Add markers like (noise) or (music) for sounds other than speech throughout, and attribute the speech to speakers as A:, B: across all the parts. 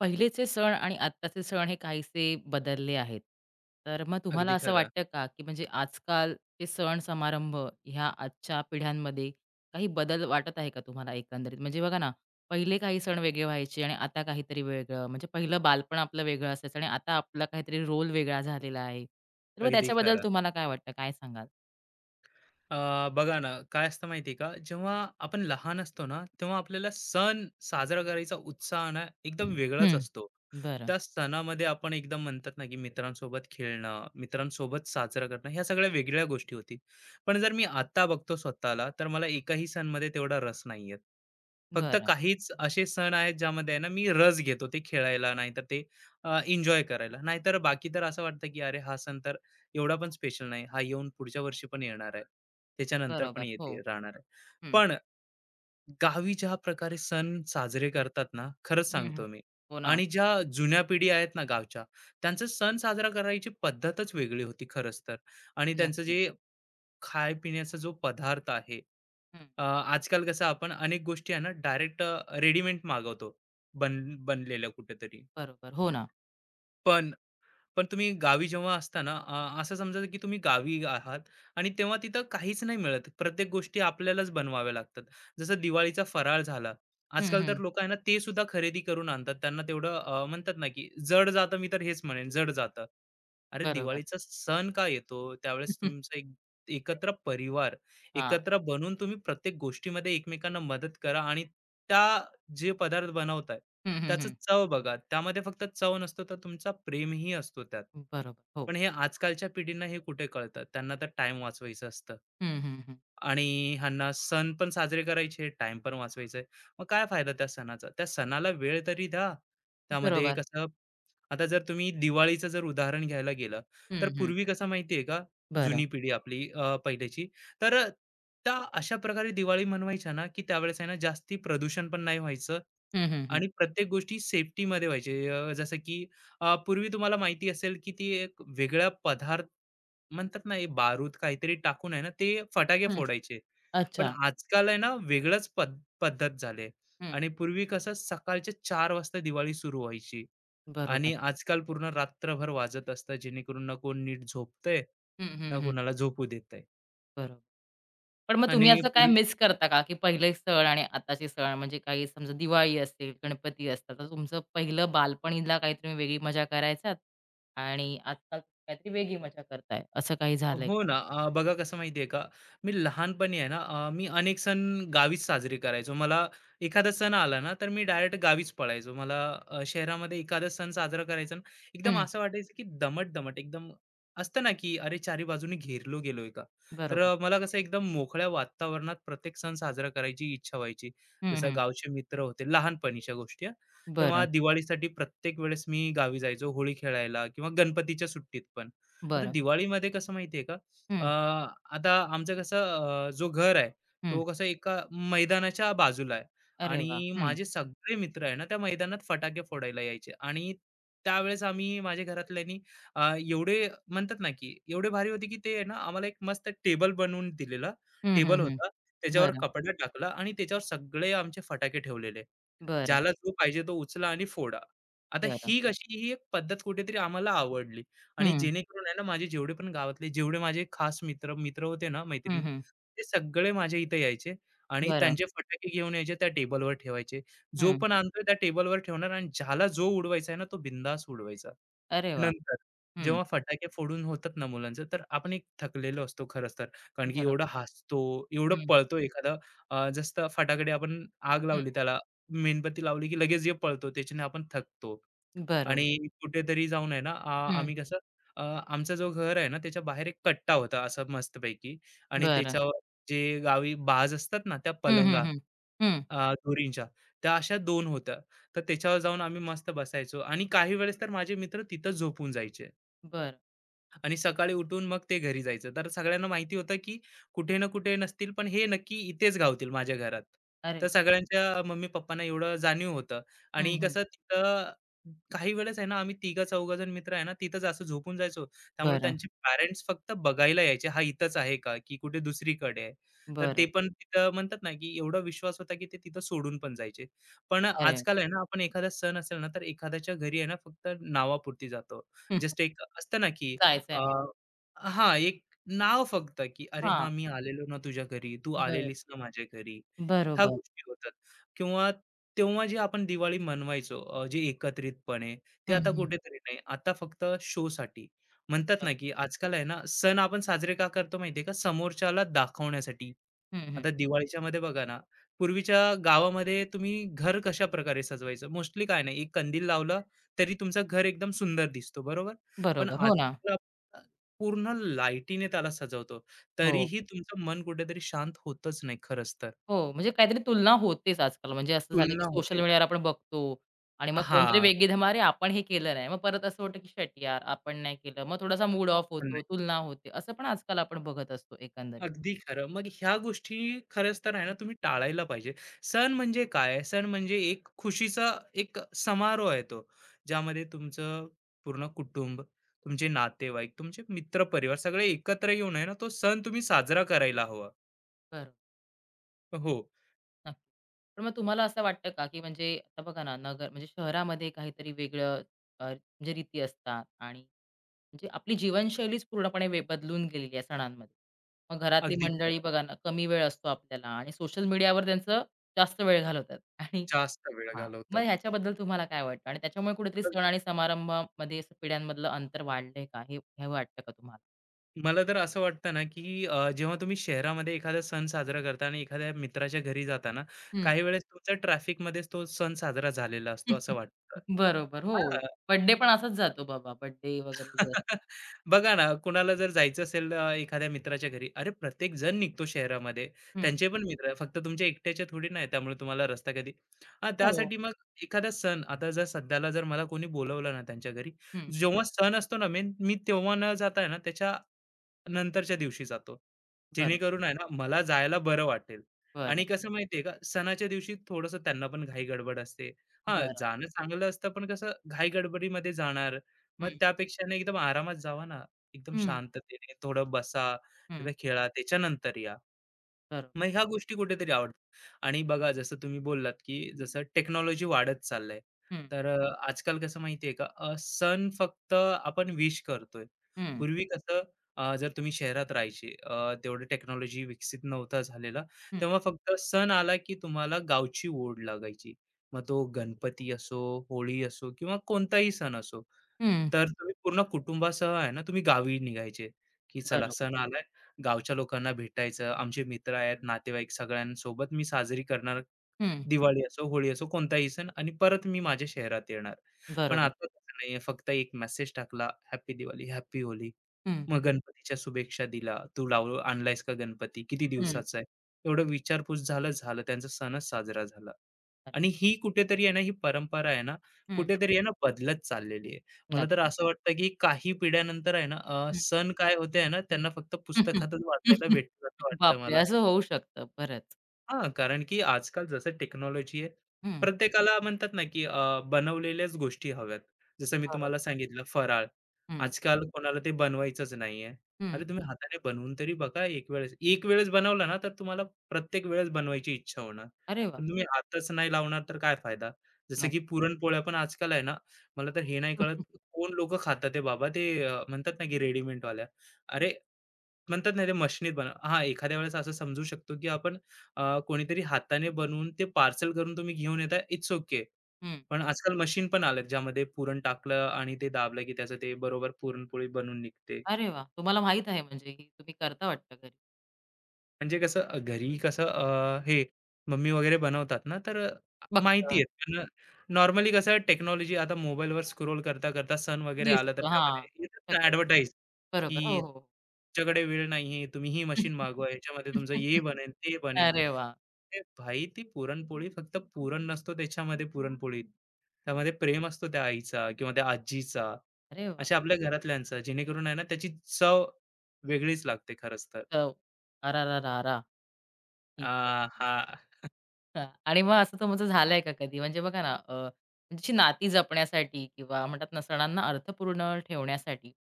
A: पहिलेचे सण आणि आत्ताचे सण हे काहीसे बदलले आहेत. तर मग तुम्हाला
B: अगदी
A: असं
B: खरं,
A: वाटतं का, की म्हणजे आजकालचे सण समारंभ ह्या आजच्या पिढ्यांमध्ये काही बदल वाटत आहे का तुम्हाला एकंदरीत? म्हणजे बघा ना, पहिले काही सण वेगळे व्हायचे आणि आता काहीतरी वेगळं. म्हणजे पहिलं बालपण आपलं वेगळं असायचं आणि आता आपला काहीतरी रोल वेगळा झालेला आहे. तर मग
B: अगदी
A: त्याच्याबद्दल
B: खरं.
A: तुम्हाला काय वाटतं? काय सांगाल?
B: अ, बघा ना, काय असतं माहिती का, जेव्हा आपण लहान असतो ना, तेव्हा आपल्याला सण साजरा करायचा उत्साह ना एकदम वेगळाच
A: हं.
B: असतो.
A: बरं,
B: त्या सणामध्ये आपण एकदम म्हणतात ना, की मित्रांसोबत खेळणं, मित्रांसोबत साजरा करणं, ह्या सगळ्या वेगळ्या गोष्टी होती. पण जर मी आता बघतो स्वतःला, तर मला एकाही सणमध्ये तेवढा रस नाही. फक्त
A: बरं.
B: काहीच असे सण आहेत ज्यामध्ये आहे ना, मी रस घेतो ते खेळायला, नाहीतर ते एन्जॉय करायला. नाहीतर बाकी तर असं वाटतं, की अरे हा सण तर एवढा पण स्पेशल नाही. हा येऊन पुढच्या वर्षी पण येणार आहे. त्याच्यानंतर पण
A: बरोबर. हो.
B: येते राहणार आहे.
A: हं.
B: पण गावी ज्या प्रकारे सण साजरे करतात ना, खरंच
A: हं, हं.
B: सांगतो मी.
A: हो ना.
B: आणि ज्या जुन्या पिढी आहेत ना गावच्या, त्यांचं सण साजरा करायची पद्धतच वेगळी होती खरंच तर. आणि त्यांचं
A: नक्कीच.
B: जे खाय जो पदार्थ आहे,
A: हं.
B: आजकाल कसं आपण अनेक गोष्टी आहे ना डायरेक्ट रेडीमेड मागवतो बनलेल्या कुठेतरी.
A: बरोबर. हो ना.
B: पण पण तुम्ही गावी जेव्हा असता ना, असं समजा की तुम्ही गावी आहात आणि तेव्हा तिथं काहीच नाही मिळत. प्रत्येक गोष्टी आपल्यालाच बनवाव्या लागतात. जसं दिवाळीचा फराळ झाला.
A: हं,
B: आजकाल तर
A: हं.
B: लोकं आहे ना ते सुद्धा खरेदी करून आणतात. त्यांना तेवढं म्हणतात ना की जड जातं, मी तर हेच म्हणेन जड जातं. अरे
A: बरोबर.
B: दिवाळीचा सण का येतो? त्यावेळेस
A: (laughs)
B: तुमचा एक एकत्र परिवार,
A: हां.
B: एकत्र बनून तुम्ही प्रत्येक गोष्टीमध्ये एकमेकांना मदत करा आणि त्या जे पदार्थ बनवताय
A: हं, हं,
B: त्याचं
A: हं.
B: चव बघा. त्यामध्ये फक्त चव नसतो तर तुमचा प्रेमही असतो त्यात.
A: बरोबर. हो.
B: पण हे आजकालच्या पिढींना हे कुठे कळतं. त्यांना तर टाईम वाचवायचं असतं.
A: हं, हं, हं.
B: आणि ह्यांना सण पण साजरे करायचे, टाईम पण वाचवायचा आहे. मग काय फायदा त्या सणाचा? त्या सणाला वेळ तरी द्या. त्यामध्ये
A: बरोबर.
B: कसं आता जर तुम्ही दिवाळीचं जर उदाहरण घ्यायला गेलं, तर
A: हं, हं.
B: पूर्वी कसं माहिती का,
A: बरं.
B: जुनी पिढी आपली, पहिल्याची, तर अ, त्या अशा प्रकारे दिवाळी मनवायच्या ना, की त्यावेळेस आहे ना, जास्ती प्रदूषण पण नाही व्हायचं
A: हं, हं, हं.
B: आणि प्रत्येक गोष्टी सेफ्टीमध्ये व्हायचे. जसं की पूर्वी तुम्हाला माहिती असेल, की ती एक वेगळा पदार्थ म्हणतात ना, हे बारूद काहीतरी टाकून आहे ना, ते फटाके
A: हं.
B: फोडायचे. पण
A: अच्छा.
B: आजकाल आहे ना, वेगळंच पद्धत झाली
A: हं.
B: आणि पूर्वी कसं सकाळच्या 4 वाजता दिवाळी सुरू व्हायची
A: बरोबर.
B: आणि आजकाल पूर्ण रात्रभर वाजत असतं, जेणेकरून ना कोण नीट झोपतंय,
A: हं,
B: ना
A: हं, हं.
B: कोणाला झोपू देत आहे.
A: बरोबर. पण मग तुम्ही
B: आणि
A: असं काय
B: पूर्वी
A: मिस करता का, की पहिले सण आणि आताचे सण म्हणजे काही समजा दिवाळी असेल, गणपती असतात, तर तुमचं पहिलं बालपणीला काहीतरी वेगळी मजा करायचात आणि आजकाल काहीतरी वेगळी मजा करताय, असं काही झालंय
B: हो
A: का?
B: ना. बघा कसं माहिती आहे का, मी लहानपणी आहे ना, मी अनेक सण गावीच साजरे करायचो. मला एखादा सण आला ना, तर मी डायरेक्ट गावीच पळायचो. मला, शहरामध्ये एखादा सण साजरा करायचा ना, एकदम
A: हं.
B: असं वाटायचं की दमट-दमट एकदम असतं ना, की अरे चारी बाजूनी घेरलो गेलोय का? तर
A: बरोबर.
B: मला कसं एकदम मोकळ्या वातावरणात प्रत्येक सण साजरा करायची इच्छा व्हायची.
A: हं,
B: जसं
A: हं.
B: गावचे मित्र होते, लहानपणीच्या गोष्टी हां. तेव्हा
A: बरं,
B: दिवाळीसाठी प्रत्येक वेळेस मी गावी जायचो, होळी खेळायला किंवा गणपतीच्या सुट्टीत पण. आता
A: बरं.
B: दिवाळीमध्ये कसं माहितीये का,
A: हं,
B: अं, आता आमचं कसं, जो घर आहे
A: हं.
B: तो कसं एका मैदानाच्या बाजूला आहे,
A: अरे वाह!
B: आणि
A: हं.
B: माझे सगळे मित्र आहे ना त्या मैदानात फटाके फोडायला यायचे आणि त्यावेळेस आम्ही माझ्या घरातल्यांनी एवढे म्हणतात ना की एवढे भारी होते की ते आहे ना आम्हाला एक मस्त टेबल बनवून दिलेला
A: हं, हं,
B: टेबल
A: हं.
B: होता, त्याच्यावर
A: बरं,
B: कपडा टाकला आणि त्याच्यावर सगळे आमचे फटाके ठेवलेले,
A: बरं.
B: ज्याला जो पाहिजे तो उचला आणि फोडा. आता
A: बरं.
B: ही कशी ही एक पद्धत कुठेतरी आम्हाला आवडली आणि
A: हं.
B: जेणेकरून आहे ना माझे जेवढे पण गावातले जेवढे माझे खास मित्र मित्र होते ना,
A: हं,
B: मैत्रिणी,
A: हं.
B: ते सगळे माझ्या इथे यायचे आणि
A: बरं.
B: त्यांचे फटाके घेऊन यायचे त्या टेबलवर ठेवायचे. जो
A: हं.
B: पण आणतोय त्या टेबलवर ठेवणार आणि ज्याला जो उडवायचा आहे ना तो बिंदास उडवायचा.
A: अरे वाह!
B: नंतर
A: हं.
B: जेव्हा फटाके फोडून होतात ना मुलांचं, तर आपण एक थकलेलो असतो खरंच तर. कारण की
A: बरोबर.
B: एवढं हसतो, एवढं
A: हं,
B: पळतो एखादा, जसं फटाकडे आपण आग
A: हं.
B: लावली त्याला, मेणबत्ती लावली की लगेच जे पळतो त्याच्याने आपण थकतो.
A: बरोबर.
B: आणि कुठेतरी जाऊन आहे ना,
A: हं.
B: आम्ही कसं, आमचा जो घर आहे ना त्याच्या बाहेर एक कट्टा होता असं मस्तपैकी आणि
A: बरं.
B: त्याच्यावर जे गावी बाज असतात ना त्या
A: हं, हं,
B: पलंगा,
A: हं. हं.
B: दोरींच्या त्या अशा दोन होत्या, तर त्याच्यावर जाऊन आम्ही मस्त बसायचो आणि काही वेळेस तर माझे मित्र तिथं झोपून जायचे
A: बरं.
B: आणि सकाळी उठून मग ते घरी जायचं. तर सगळ्यांना माहिती होतं, की कुठे ना कुठे नसतील, पण हे नक्की इथेच गावतील माझ्या घरात.
A: अरे
B: तर
A: वाह!
B: सगळ्यांच्या मम्मी-पप्पांना एवढं जाणीव होतं
A: हं,
B: आणि
A: हं.
B: कसं तिथं काही वेळेस आहे ना, आम्ही तिघा-चौघा जण मित्र आहे ना, तिथंच असं झोपून जायचो. त्यामुळे
A: बरं,
B: त्यांचे पॅरेंट्स फक्त बघायला यायचे, हा इथंच आहे का? की कुठे दुसरीकडे आहे? तर
A: बरं.
B: ते पण तिथं म्हणतात ना, की एवढा विश्वास होता, की ते तिथं सोडून पण जायचे. पण
A: अरे
B: आजकाल आहे ना, आपण एखादा सण असेल ना, तर एखाद्याच्या घरी आहे ना, फक्त नावापुरती जातो.
A: वाह!
B: जस्ट एक असतं ना, की
A: जायचंय
B: अ,
A: म्हणून.
B: हां, एक नाव फक्त, की "अरे
A: हां.
B: हा मी आलेलो ना तुझ्या घरी, तू
A: बरोबर.
B: आलेलीस ना माझ्या घरी." ह्या
A: बरोबर.
B: गोष्टी होतात किंवा तेव्हा जी आपण दिवाळी मनवायचो, जे एकत्रितपणे, ते
A: हं,
B: आता
A: हं.
B: कुठेतरी नाही. आता फक्त शोसाठी. म्हणतात ना, की आजकाल आहे ना, सण आपण साजरे का करतो माहिती का? समोरच्याला दाखवण्यासाठी.
A: हं, हं.
B: आता दिवाळीच्यामध्ये बघा ना, पूर्वीच्या गावामध्ये तुम्ही घर कशाप्रकारे सजवायचं? मोस्टली काय नाही, एक कंदील लावलं, तरी तुमचं घर एकदम सुंदर दिसतो, बरोबर? पण
A: बरोबर. हो ना.
B: आजकाल अ, पूर्ण लाईटीने त्याला सजवतो.
A: हो.
B: तरीही तुमचं मन कुठेतरी शांत होतच नाही खरंच तर.
A: हो, म्हणजे काहीतरी तुलना होतेच आजकाल. म्हणजे असं झालं, हं. की
B: तुलना
A: सोशल
B: होते.
A: मीडियावर आपण बघतो आणि मग कोणतरी
B: हां,
A: वेगळी धमाल, "अरे, आपण हे केलं नाही." मग परत असं वाटतं, की शट यार, आपण नाही केलं." मग थोडासा मूड ऑफ
B: पण
A: होतो,
B: नाही.
A: तुलना होते. असं पण आजकाल आपण बघत असतो एकंदरीत.
B: अगदी खरं. मग ह्या गोष्टी खरंच तर आहे ना तुम्ही टाळायला पाहिजे. सण म्हणजे काय? सण
A: हं.
B: म्हणजे एक खुशीचा एक समारोह आहे तो. ज्यामध्ये तुमचं पूर्ण कुटुंब, तुमचे नातेवाईक, तुमचे मित्र-परिवार सगळे एकत्र येऊन आहे ना तो सण तुम्ही साजरा करायला हवा.
A: बरोबर,
B: हो,
A: नक्की. पण मग तुम्हाला असं वाटतं का, की म्हणजे आता बघा ना, नगर म्हणजे शहरामध्ये काहीतरी वेगळं म्हणजे रीती असतात आणि म्हणजे आपली जीवनशैलीच पूर्णपणे बदलून गेलेली आहे सणांमध्ये. मग घरातली
B: अगदी
A: मंडळी
B: खरं.
A: बघा ना, कमी वेळ असतो आपल्याला आणि सोशल मीडियावर त्यांचं जास्त वेळ घालवतात आणि
B: जास्त वेळ
A: हां. मग
B: घालवतात.
A: ह्याच्याबद्दल तुम्हाला काय वाटतं? आणि त्याच्यामुळे कुठेतरी सण आणि समारंभामध्ये असं पिढ्यांमधलं अंतर वाढलंय का? हे हे वाटतं का तुम्हाला?
B: मला तर असं वाटतं ना की जेव्हा तुम्ही शहरामध्ये एखादा सण साजरा करता आणि एखाद्या मित्राच्या घरी जाता ना
A: हं.
B: काही वेळेस तुमचा ट्रॅफिकमध्येच तो सण साजरा झालेला असतो असं
A: (laughs)
B: वाटतं.
A: बरोबर. हो.
B: हां.
A: बर्थडे पण असाच जातो बाबा. बर्थडे वगैरे जे असतात.
B: (laughs) बघा ना कुणाला जर जायचं असेल, एखाद्या मित्राच्या घरी अरे प्रत्येक जण निघतो शहरामध्ये,
A: हं.
B: त्यांचे पण मित्र आहे, फक्त तुमच्या एकट्याच्या थोडी नाही त्यामुळे तुम्हाला रस्ता कधी हा
A: हो.
B: त्यासाठी मग एखादा सण आता जर सध्याला जर मला कोणी बोलवलं ना त्यांच्या घरी
A: हं.
B: जेव्हा सण असतो ना मेन, मी तेव्हा न जाता ना त्याच्या नंतरच्या दिवशी जातो.
A: बरोबर.
B: जेणेकरून आहे ना मला जायला बरं वाटेल.
A: बरं.
B: आणि कसं माहितीये का सणाच्या दिवशी थोडंसं त्यांना पण घाई-गडबड असते. हां,
A: बरं.
B: जाणं चांगलं असतं पण कसं घाई-गडबडीमध्ये जाणार. मग
A: हं.
B: त्यापेक्षा ना एकदम आरामात जावा ना. एकदम
A: हं.
B: शांततेने थोडं बसा,
A: हं.
B: तिथं खेळा त्याच्यानंतर या.
A: बरोबर.
B: मग ह्या गोष्टी कुठेतरी आवडतात आणि बघा जसं तुम्ही बोललात, की जसं टेक्नॉलॉजी वाढत चाललंय.
A: हं.
B: तर आजकाल कसं माहितीये का, सण फक्त आपण विश करतोय.
A: हं.
B: पूर्वी कसं, जर तुम्ही शहरात राहायचे, तेवढं टेक्नॉलॉजी विकसित नव्हता झालेला.
A: हं.
B: तेव्हा फक्त सण आला, की तुम्हाला गावची ओढ लागायची. मग तो गणपती असो, होळी असो किंवा कोणताही सण असो.
A: हं.
B: तर तुम्ही पूर्ण कुटुंबासह आहे ना, तुम्ही गावी निघायचे, की चला
A: बरोबर.
B: सण आला, गावच्या लोकांना भेटायचं, आमचे मित्र आहेत, नातेवाईक सगळ्यांसोबत मी साजरी करणार.
A: हं.
B: दिवाळी असो, होळी असो, कोणताही सण आणि परत मी माझ्या शहरात येणार. पण
A: बरोबर.
B: आता तसं नाहीये. फक्त एक मेसेज टाकला, "हॅपी दिवाळी, हॅपी होली."
A: हं.
B: मग गणपतीच्या शुभेच्छा दिला. "तू लावू आणलायस का गणपती? किती
A: हं.
B: दिवसाचा आहे?" एवढं विचारपूस झालं, झालं. त्यांचा सणच साजरा झाला.
A: अरे,
B: आणि ही कुठेतरी आहे ना, ही परंपरा आहे ना,
A: हं.
B: कुठेतरी आहे ना, बदलत चाललेली आहे. मला तर
A: नक्कीच.
B: असं वाटतं, की काही पिढ्यानंतर आहे ना,
A: हं.
B: सण काय होते आहे ना, त्यांना फक्त पुस्तकातच वाचायला
A: (laughs)
B: भेटतील असं वाटतं
A: बापरे!
B: मला.
A: असं होऊ शकतं बरंच.
B: हां, कारण की आजकाल जसं टेक्नॉलॉजी आहे,
A: हं.
B: प्रत्येकाला म्हणतात ना, की बनवलेल्याच गोष्टी हव्यात. जसं मी तुम्हाला
A: बरोबर.
B: सांगितलं फराळ,
A: हं.
B: आजकाल कोणाला ते बनवायचंच नाहीये.
A: हं.
B: अरे, तुम्ही हाताने बनवून तरी बघा एक वेळेस. एक वेळेस बनवलं ना, तर तुम्हाला प्रत्येक वेळेस बनवायची इच्छा होणार.
A: अरे वाह!
B: पण तुम्ही हातच नाही लावणार तर काय फायदा? जसं की
A: नक्कीच.
B: पुरणपोळ्या पण आजकाल आहे ना, मला तर हे नाही कळत कोण लोकं खातात आहे बाबा ते, म्हणतात ना, की रेडीमेडवाल्या. अरे, म्हणतात ना, ते मशनीत बनव हां, एखाद्या वेळेस असं समजू शकतो, की आपण, कोणीतरी हाताने बनवून ते पार्सल करून तुम्ही घेऊन येताय, इट्स ओके.
A: हं.
B: पण आजकाल मशीन पण आल्यात, ज्यामध्ये पुरण टाकलं आणि ते दाबलं, की त्याचं ते बरोबर पुरणपोळी बनून निघते.
A: अरे वाह! तुम्हाला माहीत आहे म्हणजे ही तुम्ही करता वाटतं घरी.
B: म्हणजे कसं, घरी कसं, हे मम्मी वगैरे बनवतात ना,
A: बघतं,
B: माहिती आहे. नॉर्मली कसं टेक्नॉलॉजी आता मोबाईलवर स्क्रोल करता, करता सण वगैरे आला, तर
A: दिसतं. हां,
B: त्यामध्ये येतात ना
A: सगळं.
B: ॲडव्हर्टाइज,
A: बरोबर. हो,
B: की
A: हो, हो.
B: तुमच्याकडे वेळ नाहीये, तुम्ही ही मशीन मागवा, ह्याच्यामध्ये तुमचं हे
A: (laughs)
B: बनेल, ते बनेल.
A: अरे वाह!
B: अरे भाई, ती पुरणपोळी फक्त पुरण नसतो त्याच्यामध्ये पुरणपोळीत. त्यामध्ये प्रेम असतो त्या आईचा किंवा त्या आजीचा,
A: अरे वाह!
B: अशा आपल्या घरातल्यांचा, जेणेकरून आहे ना त्याची चव वेगळीच लागते खरंच तर.
A: चव. अरारारारा! ठीक आहे.
B: आहा!
A: हां. आणि मग असं तुमचं झालंय का कधी? म्हणजे बघा ना, तुमची नाती जपण्यासाठी किंवा म्हणतात ना, सणांना अर्थपूर्ण ठेवण्यासाठी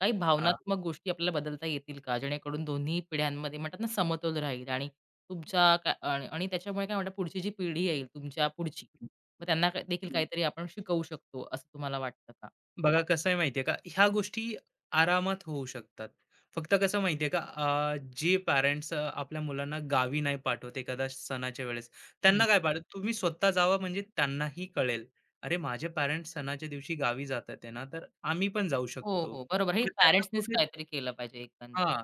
A: काही
B: हां.
A: भावनात्मक गोष्टी आपल्याला बदलता येतील का? जेणेकरून दोन्ही पिढ्यांमध्ये म्हणतात ना, समतोल राहील आणि तुमच्या का आणि आणि त्याच्यामुळे काय म्हणतात पुढची जी पिढी येईल तुमच्या पुढची, मग त्यांना का देखील काहीतरी आपण शिकवू शकतो, असं तुम्हाला वाटतं का?
B: बघा कसं आहे माहिती का, ह्या गोष्टी आरामात होऊ शकतात. फक्त कसं माहिती आहे का, जे पॅरेंट्स, आपल्या मुलांना गावी नाही पाठवत एखाद्या सणाच्या वेळेस,
A: हं.
B: त्यांना काय पाठवत, तुम्ही स्वतः जावा म्हणजे त्यांनाही कळेल, "अरे माझे पॅरेंट्स सणाच्या दिवशी गावी जातात आहे ना, तर आम्ही पण जाऊ
A: हो,
B: शकतो."
A: हो. बरोबर. हे
B: मग त्यांना
A: पॅरेंट्सनीच
B: कुठे
A: काहीतरी केलं पाहिजे एकंदरीत.
B: हां,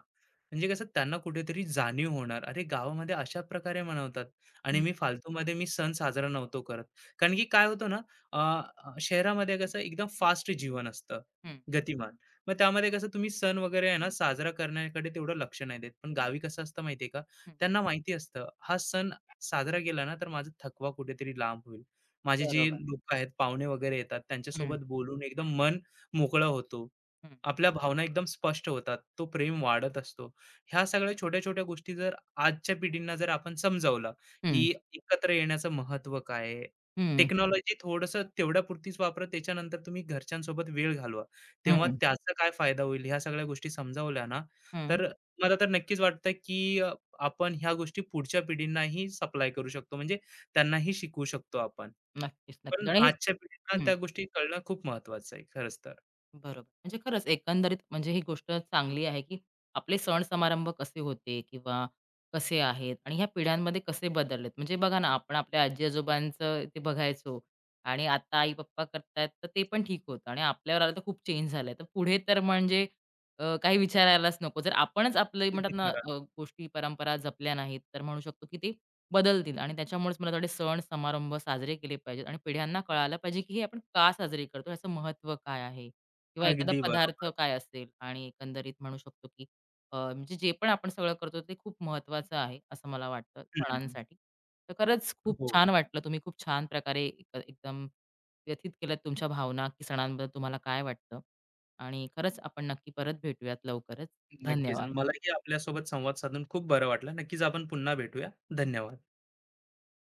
B: म्हणजे कसं त्यांना कुठेतरी जाणीव होणार. अरे, गावामध्ये अशा प्रकारे मनवतात आणि
A: हं.
B: मी फालतूमध्ये मी सण साजरा नव्हतो करत. कारण की काय होतं ना, अ, अ, शहरामध्ये कसं एकदम फास्ट जीवन असतं,
A: हं,
B: गतिमान. मग त्यामध्ये कसं तुम्ही सण वगैरे आहे ना, साजरा करण्याकडे तेवढं लक्ष नाही देत. पण गावी कसं असतं माहिती का,
A: हं.
B: त्यांना माहिती असतं हा सण साजरा केला ना, तर माझा थकवा कुठेतरी लांब होईल. माझे जे
A: बरोबर.
B: लोकं आहेत, पाहुणे वगैरे येतात,
A: हं,
B: त्यांच्यासोबत बोलून एकदम मन मोकळं होतो.
A: हं.
B: आपल्या भावना एकदम स्पष्ट होतात. तो प्रेम वाढत असतो. ह्या सगळ्या छोट्या-छोट्या गोष्टी जर आजच्या पिढींना जर आपण समजावलं,
A: हं,
B: की एकत्र येण्याचं महत्त्व काय आहे? टेक्नॉलॉजी थोडंसं तेवढ्यापुरतीच वापरा. त्याच्यानंतर तुम्ही घरच्यांसोबत वेळ घालवा. तेव्हा
A: हं,
B: त्याचा काय फायदा होईल? ह्या सगळ्या गोष्टी समजावल्या ना,
A: हं.
B: तर मला तर नक्कीच वाटतं, की आपण ह्या गोष्टी पुढच्या पिढींनाही सप्लाय करू शकतो. म्हणजे त्यांनाही शिकवू शकतो आपण.
A: नक्कीच, नक्कीच.
B: पण
A: आणि हे
B: आजच्या पिढींना
A: हं.
B: त्या गोष्टी कळणं खूप महत्त्वाचं आहे, खरंच तर.
A: बरोबर. म्हणजे खरंच एकंदरीत म्हणजे ही गोष्ट चांगली आहे, की आपले सण समारंभ कसे होते किंवा कसे आहेत आणि ह्या पिढ्यांमध्ये कसे बदललेत. म्हणजे बघा ना, आपण आपल्या आजी-आजोबांचं ते बघायचो आणि आता आई-पप्पा करतायत, तर ते पण ठीक होतं आणि आपल्यावर आलं तर खूप चेंज झालंय. तर पुढे तर म्हणजे काही विचारायलाच नको. जर आपणच आपले म्हणतात
B: अगदी
A: ना,
B: खरं.
A: गोष्टी, परंपरा जपल्या नाहीत, तर म्हणू शकतो की ते बदलतील आणि त्याच्यामुळेच मला थोडे सण समारंभ साजरे केले पाहिजेत आणि पिढ्यांना कळायला पाहिजे, की हे आपण का साजरे करतो, याचं महत्त्व काय आहे. किंवा एखादा
B: अगदी
A: पदार्थ
B: बरोबर.
A: काय असेल आणि एकंदरीत म्हणू शकतो की म्हणजे जे पण आपण सगळं करतो ते खूप महत्त्वाचं आहे, असं मला वाटतं
B: हं, हं.
A: सणांसाठी. तर खरंच खूप
B: हो,
A: छान वाटलं. तुम्ही खूप छान प्रकारे एकदम व्यथित केल्यात तुमच्या भावना, की सणांबद्दल तुम्हाला काय वाटतं आणि खरंच आपण नक्की परत भेटूयात लवकरच.
B: नक्कीच.
A: धन्यवाद.
B: मलाही आपल्यासोबत संवाद साधून खूप बरं वाटलं. नक्कीच आपण पुन्हा भेटूया. धन्यवाद.